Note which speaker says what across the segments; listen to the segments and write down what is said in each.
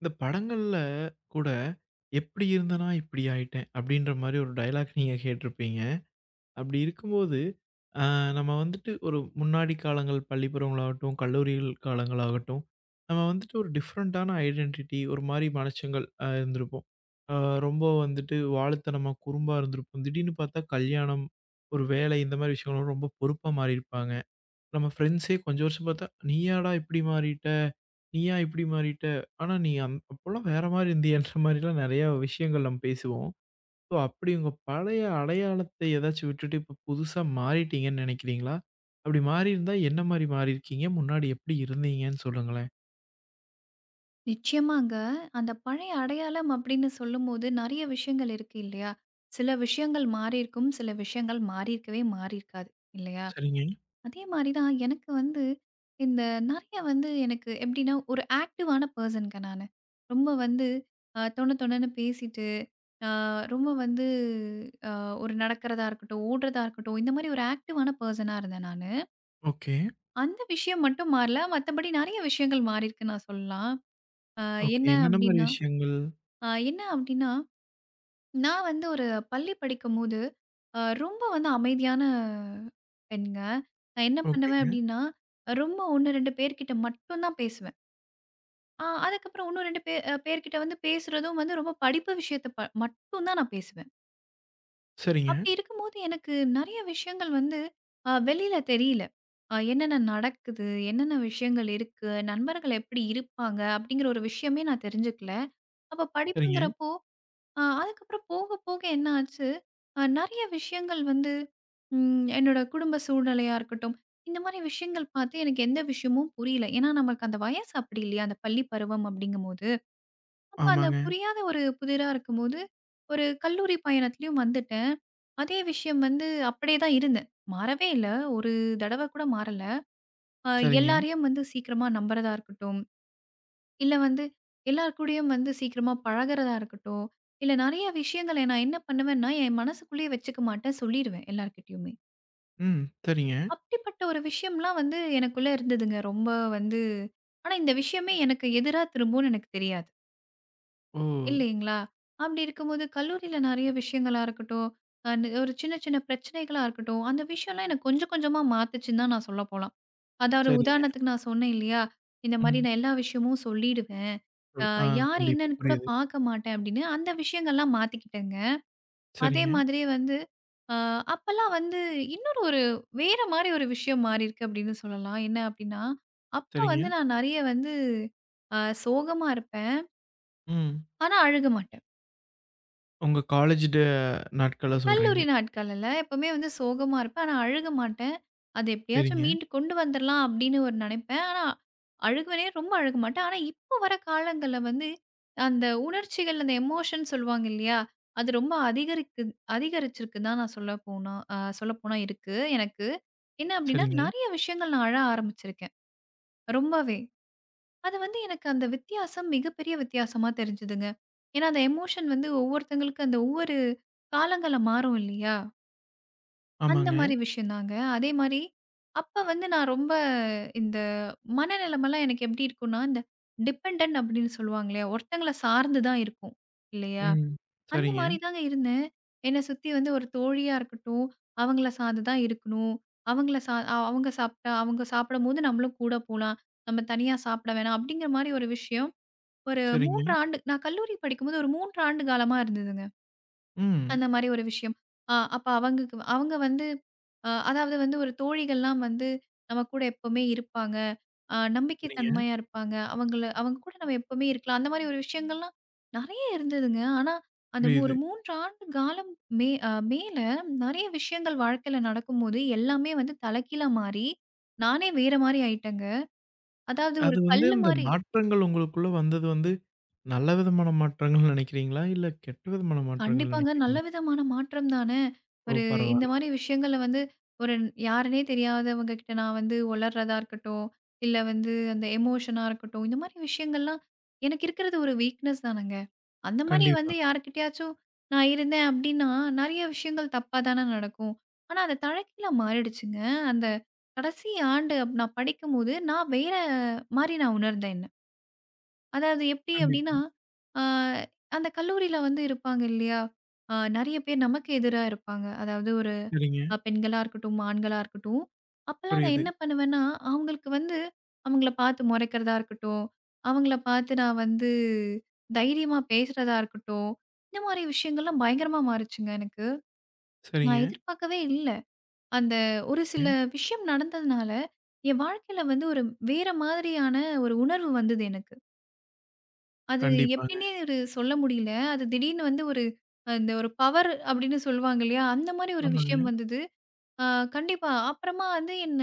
Speaker 1: இந்த படங்கள்ல கூட, "எப்படி இருந்தனா இப்படி ஆயிட்டேன்" அப்படின்ற மாரி ஒரு டயலாக் நீங்க கேட்டிருப்பீங்க. அப்படி இருக்கும்போது, அ நம்ம வந்துட்டு ஒரு முன்னாடி காலங்கள் பள்ளி பருவங்களாகட்டும், கல்லூரிகள் காலங்களாகட்டும், நம்ம வந்துட்டு ஒரு டிஃப்ரெண்ட்டான ஐடென்டிட்டி ஒரு மாரி மனுஷங்கள் இருந்திருப்போம். அ ரொம்ப வந்துட்டு வாலுத்தனமா, குறும்பா இருந்திருப்போம். திடீர்னு பார்த்தா கல்யாணம், ஒரு வேலை இந்த மாரி விஷயங்கள்லாம் ரொம்ப பொறுப்பா மாறியிருப்பாங்க. நம்ம ஃப்ரெண்ட்ஸே கொஞ்சம் வருஷம் பார்த்தா, "நீயாடா இப்படி மாறிட்ட? நீயா இப்படி மாறிட்ட? ஆனா நீ அப்போலாம் வேற மாரி இருந்தியேன்ற" மாரிலாம் நெறையா விஷயங்கள் நம்ம பேசுவோம். ஸோ அப்படி உங்க பழைய அடையாளத்தை ஏதாச்சும் விட்டுட்டு இப்போ புதுசா மாறிட்டீங்கன்னு நெனைக்கிறீங்களா? அப்படி மாறியிருந்தா என்ன மாரி மாறியிருக்கீங்க? முன்னாடி எப்படி இருந்தீங்கன்னு சொல்லுங்களேன்?
Speaker 2: நிச்சயமாங்க. அந்த பழைய அடையாளம் அப்படின்னு சொல்லும்போது நெறைய விஷயங்கள் இருக்கு இல்லையா? சில விஷயங்கள் மாறியிருக்கும். சில விஷயங்கள் மாறியிருக்கவே மாறியிருக்காது. இல்லையா?
Speaker 1: சரிங்க.
Speaker 2: அதே மாரி தான் எனக்கு வந்து இந்த நெறைய வந்து எனக்கு எப்படின்னா, ஒரு ஆக்டிவான பெர்சன்ங்க நானு. ரொம்ப வந்து தொண தொணன்னு பேசிட்டு, அ ரொம்ப வந்து அ ஒரு நடக்கிறதா இருக்கட்டும், ஓடுறதா இருக்கட்டும், இந்த மாரி ஒரு ஆக்டிவான பெர்சனா இருந்தேன் நானு.
Speaker 1: ஓகே.
Speaker 2: அந்த விஷயம் மட்டும் மாறல. மத்தபடி நெறைய விஷயங்கள் மாறியிருக்குன்னு நான் சொல்லலாம். அ
Speaker 1: ஓகே.
Speaker 2: என்ன
Speaker 1: என்னென்ன மாரி
Speaker 2: அப்படின்னா
Speaker 1: விஷயங்கள்?
Speaker 2: என்ன அப்டின்னா, நான் வந்து ஒரு பள்ளி படிக்கும்போது, ரொம்ப வந்து அமைதியான பெண்ங்க. நான் என்ன பண்ணுவேன்
Speaker 1: ஓகேங்க.
Speaker 2: அப்டின்னா, ரொம்ப 1, 2 பேர்கிட்ட மட்டும் தான் பேசுவேன். அதுக்கப்புறம் இன்னும் 2 பே அ பேர்கிட்ட வந்து பேசுறதும் வந்து ரொம்ப படிப்பு விஷயத்த மட்டும் தான் நான் பேசுவேன்.
Speaker 1: சரிங்க.
Speaker 2: அப்டி இருக்கும்போது எனக்கு நெறைய விஷயங்கள் வந்து வெளில தெரியல. என்னென்ன நடக்குது? என்னென்ன விஷயங்கள் இருக்கு? நண்பர்கள் எப்டி இருப்பாங்க? அப்டிங்கிற ஒரு விஷயமே நான் தெரிஞ்சுக்கல. அப்ப
Speaker 1: சரிங்க.
Speaker 2: படிப்புங்கிறப்போ அதுக்கப்புறம் போக, போக என்ன ஆச்சு, நெறைய விஷயங்கள் வந்து ம் என்னோட குடும்ப சூழ்நிலையா இருக்கட்டும், இந்த மாரி விஷயங்கள் பார்த்து எனக்கு எந்த விஷயமும் புரியல. ஏன்னா, நமக்கு அந்த வயசு அப்படி இல்லையா? அந்த பள்ளி பருவம் அப்படிங்கும்போது, அப்ப அந்த
Speaker 1: ஆமாங்க.
Speaker 2: புரியாத ஒரு புதிரா இருக்கும்போது, ஒரு கல்லூரி பயணத்திலயும் வந்துட்டேன். அதே விஷயம் வந்து அப்படியே தான் இருந்தேன். மாறவே இல்ல. ஒரு தடவ கூட மாறல. அ
Speaker 1: சரிங்க.
Speaker 2: எல்லாரையும் வந்து சீக்கிரமா நம்புறதா இருக்கட்டும், இல்ல வந்து எல்லார் கூடயும் வந்து சீக்கிரமா பழகுறதா இருக்கட்டும். இல்ல நெறைய விஷயங்கள நான் என்ன பண்ணுவேன்னா, என் மனசுக்குள்ளேயே வச்சுக்க மாட்டேன். சொல்லிருவேன் எல்லார்கிட்டயுமே.
Speaker 1: ம். சரிங்க.
Speaker 2: அப்படிப்பட்ட ஒரு விஷயம்லாம் வந்து எனக்குள்ள இருந்ததுங்க. ரொம்ப வந்து ஆனா இந்த விஷயமே எனக்கு எதிரா திரும்பும்னு எனக்கு தெரியாது.
Speaker 1: ஓ!
Speaker 2: இல்லைங்களா? அப்படி இருக்கும்போது கல்லூரியில நெறைய விஷயங்களா இருக்கட்டும், அ ஒரு சின்ன சின்ன பிரச்சனைகளா இருக்கட்டும், அந்த விஷயம்லாம் எனக்கு கொஞ்சம் கொஞ்சமா மாத்துச்சுன்னு தான் நான் சொல்லப்போலாம். அதாவது
Speaker 1: சரிங்க.
Speaker 2: உதாரணத்துக்கு நான் சொன்னேன் இல்லையா? இந்த மாரி
Speaker 1: ம்.
Speaker 2: நான் எல்லா விஷயமும் சொல்லிடுவேன். அ
Speaker 1: சொல் ஆ
Speaker 2: யார்
Speaker 1: கண்டிப்பா.
Speaker 2: என்னன்னு கூட
Speaker 1: புரியுது.
Speaker 2: பார்க்க மாட்டேன் அப்படின்னு, அந்த விஷயங்கள்லாம் மாத்திக்கிட்டேங்க. அதே
Speaker 1: சரிங்க.
Speaker 2: மாதிரி வந்து அ அப்பல்லாம் வந்து இன்னொரு வேற மாரி ஒரு விஷயம் மாறியிருக்கு அப்படின்னு சொல்லலாம். என்ன அப்படின்னா, அப்ப
Speaker 1: சரிங்க.
Speaker 2: வந்து நான் நெறைய வந்து அ சோகமா இருப்பேன்.
Speaker 1: ம்.
Speaker 2: ஆனா அழுக மாட்டேன்.
Speaker 1: உங்க காலேஜ் டே நாட்கள சொல்றீங்க.
Speaker 2: கல்லூரி நாட்கள்ல எப்பவுமே வந்து சோகமா இருப்பேன். ஆனா அழுக மாட்டேன். அது எப்படியாச்சும்
Speaker 1: சரிங்க,
Speaker 2: மீண்டு கொண்டு வந்துரலாம் அப்படின்னு ஒரு நினைப்பேன். ஆனா அழுவேனே ரொம்ப அழுக மாட்டேன். ஆனா இப்போ வர காலங்கள்ல வந்து அந்த உணர்ச்சிகள், அந்த எமோஷன் சொல்லுவாங்க இல்லையா? அது ரொம்ப அதிகரிச்சிருக்குன்னு தான் நான் சொல்லப்போனா இருக்கு எனக்கு. என்ன அப்படின்னா,
Speaker 1: சரிங்க.
Speaker 2: நெறைய விஷயங்கள் நான் அழ ஆரம்பிச்சிருக்கேன். ரொம்பவே. அது வந்து எனக்கு அந்த வித்தியாசம் மிகப்பெரிய வித்தியாசமா தெரிஞ்சுதுங்க. ஏன்னா அந்த எமோஷன் வந்து ஒவ்வொருத்தங்களுக்கு அந்த ஒவ்வொரு காலங்கள்ல மாறும் இல்லையா? அந்த
Speaker 1: ஆமாங்க.
Speaker 2: மாரி விஷயந்தாங்க. அதே மாரி, அப்ப வந்து நான் ரொம்ப இந்த மனநிலைமைலாம் எனக்கு எப்படி இருக்கும்னா, இந்த டிபெண்டன்ட் அப்படின்னு சொல்லுவாங்க இல்லையா? ஒருத்தங்கள சார்ந்து தான் இருக்கும், இல்லையா?
Speaker 1: ம்.
Speaker 2: அந்த
Speaker 1: சரிங்க,
Speaker 2: மாரி தாங்க இருந்தேன். என்ன சுத்தி வந்து ஒரு தோழியா இருக்கட்டும், அவங்கள சார்ந்து தான் இருக்கணும். அவங்கள சா அ அவங்க சாப்ட்டா, அவங்க சாப்பிடும்போது நம்மளும் கூட போலாம். நம்ம தனியா சாப்பிட வேணாம் அப்படிங்கிற மாரி ஒரு விஷயம். ஒரு
Speaker 1: சரிங்க.
Speaker 2: 3 ஆண்டு நான் கல்லூரி படிக்கும்போது ஒரு 3 ஆண்டு காலமா இருந்ததுங்க.
Speaker 1: ம்.
Speaker 2: அந்த மாரி ஒரு விஷயம். அப்ப அவங்களுக்கு அவங்க வந்து அதாவது வந்து ஒரு தோழிகள்லாம் வந்து நம்ம கூட எப்பவுமே இருப்பாங்க. நம்பிக்கை
Speaker 1: சரிங்க.
Speaker 2: தன்மையா இருப்பாங்க. அவங்கள அவங்க கூட நம்ம எப்பவுமே இருக்கலாம். அந்த மாரி ஒரு விஷயங்கள்லாம் நெறைய இருந்ததுங்க. ஆனா, அந்த
Speaker 1: புரியுது.
Speaker 2: ஒரு 3 ஆண்டு காலம் மே அ மேல நெறைய விஷயங்கள் வாழ்க்கையில நடக்கும்போது, எல்லாமே வந்து தலைகீழா மாறி, நானே வேற மாரி ஆயிட்டேங்க. அதாவது
Speaker 1: அது
Speaker 2: ஒரு
Speaker 1: வந்து
Speaker 2: கல்லு
Speaker 1: இந்த
Speaker 2: மாரி
Speaker 1: மாற்றங்கள் உங்களுக்குள்ள வந்தது வந்து நல்ல விதமான மாற்றங்கள்னு நெனைக்கிறீங்களா? இல்ல கெட்ட விதமான மாற்றங்கள்
Speaker 2: கண்டிப்பாங்க. நல்ல
Speaker 1: நெனைக்கிறீங்களா?
Speaker 2: விதமான மாற்றம் தானே!
Speaker 1: ஓ!
Speaker 2: ஒரு இந்த
Speaker 1: பரவால்ல.
Speaker 2: மாரி விஷயங்கள்ல வந்து ஒரு யாருன்னே தெரியாதவங்க கிட்ட நான் வந்து உளர்றதா இருக்கட்டும், இல்ல வந்து அந்த எமோஷனா இருக்கட்டும், இந்த மாரி விஷயங்கள்லாம் எனக்கு இருக்கிறது ஒரு வீக்னஸ் தானங்க. அந்த மாரி
Speaker 1: கண்டிப்பா,
Speaker 2: வந்து யார்கிட்டயாச்சும் நான் இருந்தேன் அப்டின்னா, நெறைய விஷயங்கள் தப்பா தானே நடக்கும். ஆனா, அது தலகீழா மாறிடுச்சுங்க. அந்த கடைசி ஆண்டு நான் படிக்கும்போது, நான் வேற மாரி நான் உணர்ந்தேன் என்ன. அதாவது எப்படி
Speaker 1: கண்டிப்பா.
Speaker 2: அப்படின்னா, ஆ அந்த கல்லூரியில வந்து இருப்பாங்க இல்லையா? நெறைய பேர் நமக்கு எதிரா இருப்பாங்க. அதாவது ஒரு
Speaker 1: சரிங்க.
Speaker 2: பெண்களா இருக்கட்டும், ஆண்களா இருக்கட்டும். அப்பலாம் நான்
Speaker 1: புரியுது.
Speaker 2: என்ன பண்ணுவேன்னா, அவங்களுக்கு வந்து அவங்கள பார்த்து மொறைக்கிறதா இருக்கட்டும், அவங்கள பார்த்து நான் வந்து தைரியமா பேசுறதா இருக்கட்டும், இந்த மாரி விஷயங்கள்லாம் பயங்கரமா மாறுச்சுங்க எனக்கு. நான்
Speaker 1: சரிங்க.
Speaker 2: எதிர்பார்க்கவே இல்ல. அந்த ஒரு சில
Speaker 1: ம்.
Speaker 2: விஷயம் நடந்ததுனால, என் வாழ்க்கையில வந்து ஒரு வேற மாதிரியான ஒரு உணர்வு வந்தது எனக்கு. அது
Speaker 1: கண்டிப்பாங்க.
Speaker 2: எப்படின்னே ஒரு சொல்ல முடியல. அது திடீர்னு வந்து ஒரு அந்த ஒரு பவர் அப்படின்னு சொல்லுவாங்க இல்லையா? அந்த மாரி ஒரு
Speaker 1: ஆமாங்க.
Speaker 2: விஷயம் வந்தது. அ கண்டிப்பா. அப்புறமா வந்து என்ன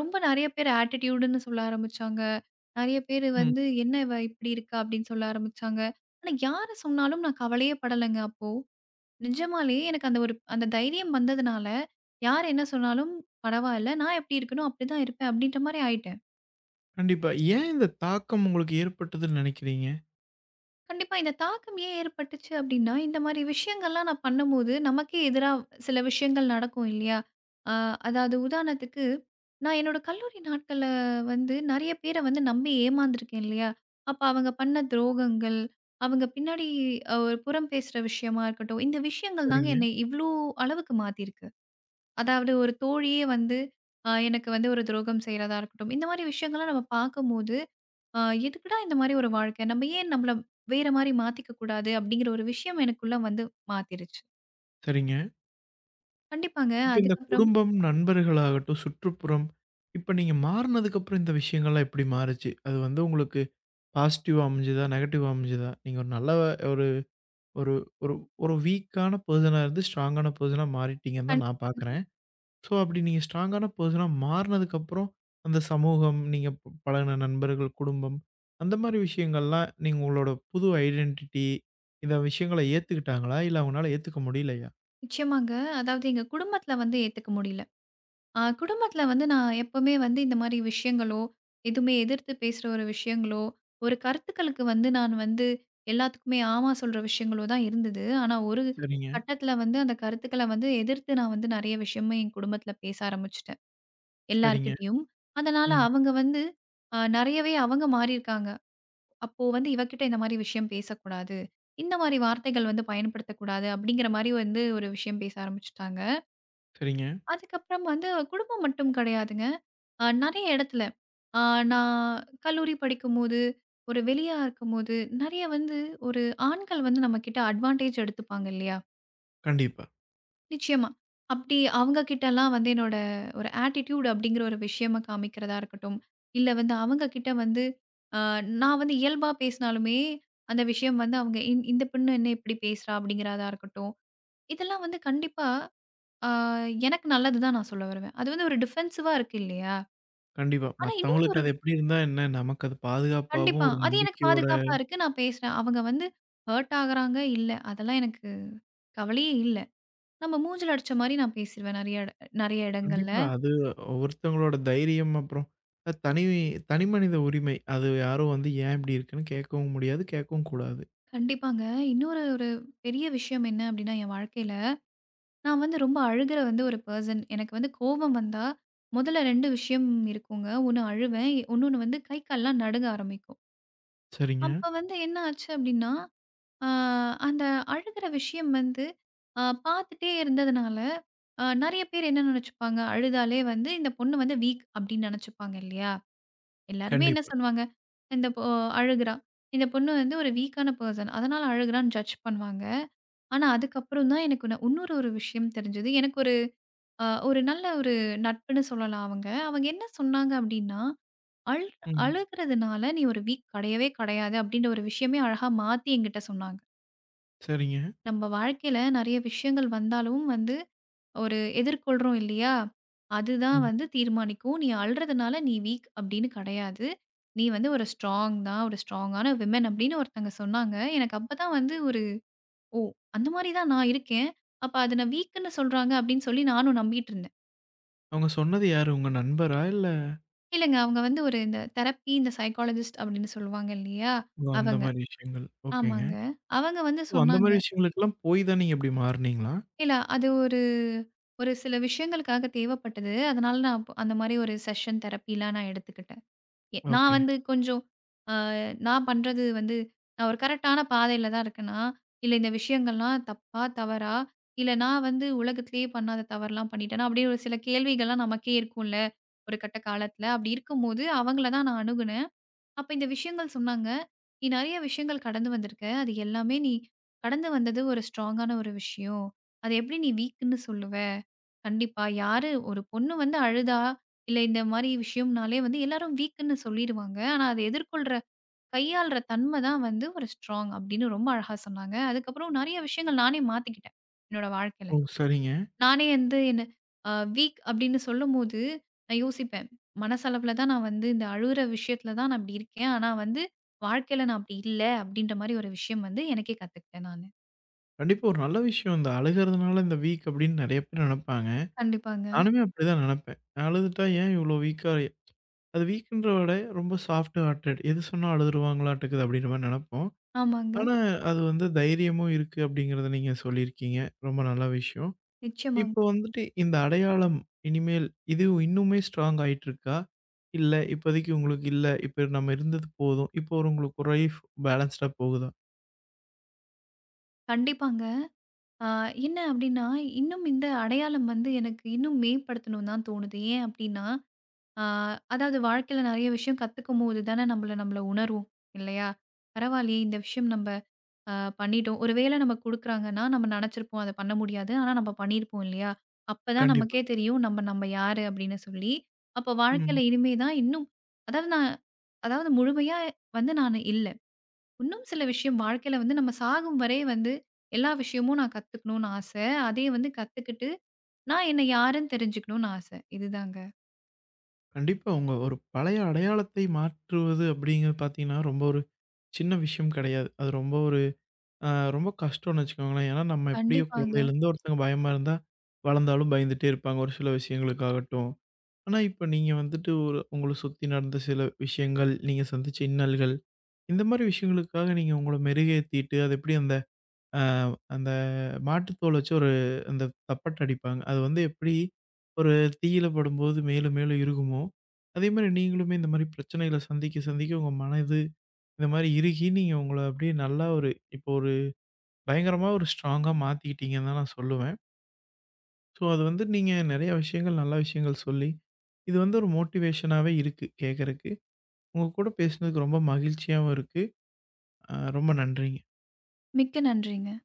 Speaker 2: ரொம்ப நெறைய பேர் ஆட்டிட்யூடுன்னு சொல்ல ஆரம்பிச்சாங்க. நெறைய பேரு
Speaker 1: ம்.
Speaker 2: வந்து "என்ன இவ இப்படி இருக்கா?" அப்படின்னு சொல்ல ஆரம்பிச்சாங்க. ஆனா யாரு சொன்னாலும் நான் கவலையே படலங்க அப்போ. நிஜமாலேயே எனக்கு அந்த ஒரு அந்த தைரியம் வந்ததுனால, யார் என்ன சொன்னாலும் பரவால்ல. நான் எப்படி இருக்கனோ அப்படிதான் இருப்பேன் அப்படின்ற மாரி ஆயிட்டேன்.
Speaker 1: கண்டிப்பா. ஏன் இந்த தாக்கம் உங்களுக்கு ஏற்பட்டதுன்னு நெனைக்கிறீங்க?
Speaker 2: கண்டிப்பா. இந்த தாக்கம் ஏன் ஏற்பட்டுச்சு அப்டின்னா, இந்த மாரி விஷயங்கள்லாம் நான் பண்ணும்போது, நமக்கே எதிரா சில விஷயங்கள் நடக்கும் இல்லையா? அ அதாவது உதாரணத்துக்கு, நான் என்னோட கல்லூரி நாட்கள்ல வந்து நெறைய பேர வந்து நம்பி ஏமாந்துருக்கேன் இல்லையா? அப்ப அவங்க பண்ண துரோகங்கள், அவங்க பின்னாடி ஒரு புறம் பேசுற விஷயமா இருக்கட்டும், இந்த விஷயங்கள் தாங்க
Speaker 1: சரிங்க,
Speaker 2: என்னை இவ்ளோ அளவுக்கு மாத்திருக்கு. அதாவது ஒரு தோழியே வந்து எனக்கு வந்து ஒரு துரோகம் செய்றதா இருக்கட்டும், இந்த மாரி விஷயங்கள்லாம் நம்ம பார்க்கும்போது ஆ எதுக்குடா இந்த மாரி ஒரு வாழ்க்கை? நம்ம ஏன் நம்மள வேற மாரி மாத்திக்க கூடாது? அப்படிங்கிற ஒரு விஷயம் எனக்குள்ள வந்து மாத்திருச்சு.
Speaker 1: சரிங்க.
Speaker 2: கண்டிப்பாங்க.
Speaker 1: இப்ப இந்த
Speaker 2: அதுக்கப்புறம்
Speaker 1: குடும்பம், நண்பர்களாகட்டும், சுற்றுப்புறம், இப்ப நீங்க மாறுனதுக்கப்புறம் இந்த விஷயங்கள்லாம் எப்படி மாறுச்சு? அது வந்து உங்களுக்கு பாசிட்டிவா அமைஞ்சதா? நெகட்டிவா அமைஞ்சதா? நீங்க ஒரு நல்ல ஒரு ஒரு ஒரு ஒரு வீக்கான பெர்சனா இருந்து ஸ்ட்ராங்கான பெர்சனா மாறிட்டீங்கன்னு தான் நான் பார்க்குறேன்.
Speaker 2: கண்டிப்பாங்க.
Speaker 1: ஸோ, அப்படி நீங்க ஸ்ட்ராங்கான பெர்சனா மாறுனதுக்கப்புறம், அந்த சமூகம், நீங்க பழகுன நண்பர்கள், குடும்பம், அந்த மாரி விஷயங்கள்லாம் நீங்க உங்களோட புது ஐடென்டிட்டி, இந்த விஷயங்கள ஏத்துக்கிட்டாங்களா? இல்ல அவங்கனால ஏத்துக்க முடியலையா?
Speaker 2: நிச்சயமாங்க. அதாவது எங்க குடும்பத்துல வந்து ஏத்துக்க முடியல. குடும்பத்துல வந்து நான் எப்பவுமே வந்து இந்த மாரி விஷயங்களோ, எதுவுமே எதிர்த்து பேசுற ஒரு விஷயங்களோ, ஒரு கருத்துக்களுக்கு வந்து நான் வந்து எல்லாத்துக்குமே ஆமா சொல்ற விஷயங்களோ தான் இருந்தது. ஆனா ஒரு
Speaker 1: சரிங்க,
Speaker 2: கட்டத்துல வந்து அந்த கருத்துக்கள வந்து எதிர்த்து நான் வந்து நெறைய விஷயமும் என் குடும்பத்துல பேச ஆரம்பிச்சுட்டேன்.
Speaker 1: சரிங்க.
Speaker 2: எல்லார்கிட்டயும். அதனால
Speaker 1: ம்.
Speaker 2: அவங்க வந்து நெறையவே அவங்க மாறியிருக்காங்க. அப்போ வந்து இவகிட்ட இந்த மாரி விஷயம் பேசக்கூடாது. இந்த மாரி வார்த்தைகள் வந்து பயன்படுத்தக்கூடாது அப்படிங்கிற மாரி வந்து ஒரு விஷயம் பேச ஆரம்பிச்சுட்டாங்க.
Speaker 1: சரிங்க.
Speaker 2: அதுக்கப்புறம் வந்து குடும்பம் மட்டும் கிடையாதுங்க. நெறைய இடத்துல அ நான் கல்லூரி படிக்கும்போது, ஒரு வெளியா இருக்கும்போது, நெறைய வந்து ஒரு ஆண்கள் வந்து நம்மகிட்ட அட்வான்டேஜ் எடுத்துப்பாங்க இல்லையா?
Speaker 1: கண்டிப்பா,
Speaker 2: நிச்சயமா. அப்படி அவங்க கிட்டலாம் வந்து என்னோட ஒரு ஆட்டிட்யூட் அப்படிங்கிற ஒரு விஷயமா காமிக்கிறதா இருக்கட்டும், இல்ல வந்து அவங்க கிட்ட வந்து அ நான் வந்து இயல்பா பேசினாலுமே, அந்த விஷயம் வந்து அவங்க இந்த பொண்ணு என்ன இப்படி பேசுறா அப்படிங்கிறதா இருக்கட்டும். இதெல்லாம் வந்து கண்டிப்பா அ எனக்கு நல்லது தான் நான் சொல்ல வருவேன். அது வந்து ஒரு டிஃபென்சிவா இருக்கு இல்லையா?
Speaker 1: கண்டிப்பா.
Speaker 2: ஆனா இன்னொரு
Speaker 1: மத்தவங்களுக்கு
Speaker 2: ஒரு
Speaker 1: அது எப்படி இருந்தா என்ன? நமக்கு அது பாதுகாப்பாவும்,
Speaker 2: கண்டிப்பா.
Speaker 1: ஒரு
Speaker 2: அது எனக்கு
Speaker 1: நம்பிக்கையோட
Speaker 2: பாதுகாப்பா இருக்கு. நான் பேசுறேன். அவங்க வந்து ஹர்ட் ஆகுறாங்க இல்ல. அதெல்லாம் எனக்கு கவலையே இல்ல. நம்ம மூஞ்சில அடிச்ச மாரி நான் பேசிருவேன் நெறைய இடங்கள்ல.
Speaker 1: கண்டிப்பா. அது ஒவ்வொருத்தவங்களோட தைரியம், அப்புறம் அது தனி தனி மனித உரிமை. அது யாரும் வந்து ஏன் இப்படி இருக்குன்னு கேட்கவும் முடியாது, கேட்கவும் கூடாது.
Speaker 2: கண்டிப்பாங்க. இன்னொரு பெரிய விஷயம் என்ன அப்டின்னா, என் வாழ்க்கையில நான் வந்து ரொம்ப அழுகுற வந்து ஒரு பெர்சன். எனக்கு வந்து கோபம் வந்தா, முதல்ல 2 விஷயம் இருக்குங்க. ஒண்ணு அழுவேன். இன்னொன்னு வந்து கை, கால்லாம் நடுங்க ஆரம்பிக்கும்.
Speaker 1: சரிங்க.
Speaker 2: அப்ப வந்து என்ன ஆச்சு அப்டின்னா, அ அந்த அழுகுற விஷயம் வந்து அ பார்த்துட்டே இருந்ததுனால, அ நெறைய பேர் என்ன நெனச்சுப்பாங்க, அழுதாலே வந்து இந்த பொண்ணு வந்து வீக் அப்டின்னு நெனச்சுப்பாங்க இல்லையா? எல்லாருமே என்ன
Speaker 1: கண்டிப்பா.
Speaker 2: சொல்லுவாங்க, இந்த பொ அழுகுறா. இந்த பொண்ணு வந்து ஒரு வீக்கான பெர்சன். அதனால அழுகுறான்னு ஜட்ஜ் பண்ணுவாங்க. ஆனா அதுக்கப்புறம் தான் எனக்கு நான் இன்னொரு விஷயம் தெரிஞ்சது. எனக்கு ஒரு ஒரு நல்ல ஒரு நட்புன்னு சொல்லலாம் அவங்க. அவங்க என்ன சொன்னாங்க அப்படின்னா, "அழு
Speaker 1: ம்.
Speaker 2: அழுகுறதுனால நீ ஒரு வீக் கிடையவே கிடையாது." அப்படின்ற ஒரு விஷயமே அழகா மாத்தி என்கிட்ட சொன்னாங்க.
Speaker 1: சரிங்க.
Speaker 2: நம்ம வாழ்க்கையில நெறைய விஷயங்கள் வந்தாலும் வந்து ஒரு எதிர்கொள்றோம் இல்லையா? அதுதான்
Speaker 1: ம்.
Speaker 2: வந்து தீர்மானிக்கும். "நீ அழுறதுனால நீ வீக் அப்படின்னு கிடையாது. நீ வந்து ஒரு ஸ்ட்ராங் தான். ஒரு ஸ்ட்ராங்கான விமன்" அப்படின்னு ஒருத்தங்க சொன்னாங்க. எனக்கு அப்பதான் வந்து ஒரு ஓ! அந்த மாரி தான் நான் இருக்கேன். அப்ப அத நான் வீக்குன்னு சொல்றாங்க அப்படின்னு சொல்லி நானும் நம்பிட்டு இருந்தேன்.
Speaker 1: அவங்க சொன்னது யாரு? உங்க நண்பரா? இல்ல
Speaker 2: இல்லங்க அவங்க வந்து ஒரு இந்த தெரப்பி, இந்த சைக்காலஜிஸ்ட் அப்படின்னு சொல்லுவாங்க இல்லையா?
Speaker 1: ஓ! அந்த
Speaker 2: அவங்க.
Speaker 1: மாரி விஷயங்கள். ஓகேங்க.
Speaker 2: ஆமாங்க. அவங்க வந்து
Speaker 1: ஓ! அந்த
Speaker 2: சொன்னாங்க.
Speaker 1: மாரி விஷயங்களுக்கெல்லாம் போய் தான் நீங்க இப்படி மாறுனீங்களா?
Speaker 2: இல்ல அது ஒரு ஒரு சில விஷயங்களுக்காக தேவைப்பட்டது. அதனால நான் அந்த மாரி ஒரு செஷன் தெரப்பிலாம் நான் எடுத்துக்கிட்டேன். நான்
Speaker 1: ஓகே.
Speaker 2: வந்து கொஞ்சம் அ நான் பண்றது வந்து நான் ஒரு கரெக்ட்டான பாதையில தான் இருக்கேனா, இல்ல இந்த விஷயங்கள்லாம் தப்பா, தவறா, இல்ல நான் வந்து உலகத்திலேயே பண்ணாத தவறுலாம் பண்ணிட்டேனா, அப்டியே ஒரு சில கேள்விகள்லாம் நமக்கே இருக்கும்ல, ஒரு கட்ட காலத்துல. அப்டி இருக்கும்போது அவங்கள தான் நான் அணுகுனேன். அப்ப இந்த விஷயங்கள் சொன்னாங்க. "நீ நெறைய விஷயங்கள் கடந்து வந்திருக்க. அது எல்லாமே நீ கடந்து வந்தது ஒரு ஸ்ட்ராங்கான ஒரு விஷயம். அத எப்படி நீ வீக்ன்னு சொல்லுவ? கண்டிப்பா. யாரு ஒரு பொண்ணு வந்து அழுதா, இல்ல இந்த மாரி விஷயம்னாலே வந்து எல்லாரும் வீக்ன்னு சொல்லிருவாங்க. ஆனா, அத எதிர்கொள்ற, கையாள்ற தன்ம தான் வந்து ஒரு ஸ்ட்ராங்." அப்படின்னு ரொம்ப அழகா சொன்னாங்க. அதுக்கப்புறம் நெறைய விஷயங்கள் நானே மாத்திக்கிட்டேன், என்னோட வாழ்க்கையில.
Speaker 1: ஓ! சரிங்க.
Speaker 2: நானே வந்து என்ன அ வீக் அப்படின்னு சொல்லும்போது, நான் யோசிப்பேன். மனசளவுல தான் நான் வந்து இந்த அழுற விஷயத்துல தான் நான் இப்படி இருக்கேன். ஆனா வந்து வாழ்க்கையில நான் அப்படி இல்ல அப்படின்ற மாரி ஒரு விஷயம் வந்து எனக்கே கத்துக்கிட்டேன் நானு.
Speaker 1: கண்டிப்பா ஒரு நல்ல விஷயம். இந்த அழுகுறதுனால இந்த வீக் அப்படின்னு நெறைய பேர் நெனப்பாங்க.
Speaker 2: கண்டிப்பாங்க.
Speaker 1: நானுமே அப்படிதான் நெனப்பேன். அழுதுட்டா ஏன் இவ்ளோ வீக்கா அது வீக்குன்ற விட ரொம்ப சாஃப்ட் ஹார்ட்டட் எது சொன்னா அழுதுருவாங்களாட்டுக்குது அப்படின்ற மாரி நெனப்போம்.
Speaker 2: ஆமாங்க.
Speaker 1: ஆனா அது வந்து தைரியமும் இருக்கு அப்படிங்கிறத நீங்க சொல்லியிருக்கீங்க. ரொம்ப நல்ல விஷயம்.
Speaker 2: நிச்சயமாங்க.
Speaker 1: இப்போ வந்துட்டு இந்த அடையாளம் இனிமேல் இது இன்னுமே ஸ்ட்ராங் ஆயிட்டுருக்கா? இல்ல இப்போதைக்கு உங்களுக்கு இல்ல. இப்ப நம்ம இருந்தது போதும். இப்போ ஒரு உங்களுக்கு ஒரு லைஃப் பேலன்ஸ்டா போகுதா?
Speaker 2: கண்டிப்பாங்க. அ என்ன அப்படின்னா, இன்னும் இந்த அடையாளம் வந்து எனக்கு இன்னும் மேம்படுத்தணும்னு தான் தோணுது. ஏன் அப்படின்னா, அ அதாவது வாழ்க்கையில நெறைய விஷயம் கத்துக்கும்போது தானே நம்மள நம்மள உணர்வோம் இல்லையா? பரவாயில்லையே இந்த விஷயம் நம்ப அ பண்ணிட்டோம். ஒரு வேளை நம்ம குடுக்குறாங்கன்னா, நம்ம நெனச்சிருப்போம் அத பண்ண முடியாது. ஆனா நம்ம பண்ணியிருப்போம் இல்லையா? அப்பதான்
Speaker 1: கண்டிப்பா.
Speaker 2: நமக்கே தெரியும் நம்ம நம்ம யாரு அப்படின்னு சொல்லி. அப்ப
Speaker 1: ம்.
Speaker 2: வாழ்க்கையில இனிமே தான் இன்னும் அதாவது நான் அதாவது முழுமையா வந்து நானு இல்ல. இன்னும் சில விஷயம் வாழ்க்கையில வந்து நம்ம சாகும் வரை வந்து எல்லா விஷயமும் நான் கத்துக்கணும்னு ஆச. அதே வந்து கத்துக்கிட்டு நான் என்ன யாருன்னு தெரிஞ்சுக்கணும்னு ஆச. இதுதாங்க.
Speaker 1: கண்டிப்பா உங்க ஒரு பழைய அடையாளத்தை மாற்றுவது அப்படிங்கிறது பார்த்தீங்கன்னா, ரொம்ப ஒரு சின்ன விஷயம் கெடையாது. அது ரொம்ப ஒரு ஆ ரொம்ப கஷ்டம்னு வச்சுக்கோங்களேன். ஏன்னா, நம்ம எப்படியோ
Speaker 2: கண்டிப்பாங்க.
Speaker 1: குழந்தையிலேருந்து ஒருத்தங்க பயமா இருந்தா, வளர்ந்தாலும் பயந்துட்டே இருப்பாங்க ஒரு சில விஷயங்களுக்காகட்டும். ஆனா, இப்ப நீங்க வந்துட்டு ஒரு உங்கள சுத்தி நடந்த சில விஷயங்கள், நீங்க சந்திச்ச இன்னல்கள், இந்த மாரி விஷயங்களுக்காக நீங்க உங்கள மெருகேத்திட்டு, அது எப்படி அந்த அ அந்த மாட்டுத்தோல் வச்சு ஒரு அந்த தப்பட்டை அடிப்பாங்க. அது வந்து எப்படி ஒரு தீயில படும்போது மேலும் மேலும் இறுகுமோ, அதே மாரி நீங்களுமே இந்த மாரி பிரச்சனைகள சந்திக்க சந்திக்க உங்க மனது இந்த மாரி இறுகி, நீங்க உங்கள அப்படியே நல்லா ஒரு இப்போ ஒரு பயங்கரமா ஒரு ஸ்ட்ராங்கா மாத்திக்கிட்டீங்கன்னு தான் நான் சொல்லுவேன். ஸோ, அது வந்து நீங்க நெறைய விஷயங்கள், நல்ல விஷயங்கள் சொல்லி, இது வந்து ஒரு மோட்டிவேஷனாவே இருக்கு கேட்கறக்கு. உங்க கூட பேசினதுக்கு ரொம்ப மகிழ்ச்சியாவும் இருக்கு. ரொம்ப நன்றிங்க.
Speaker 2: மிக்க நன்றிங்க.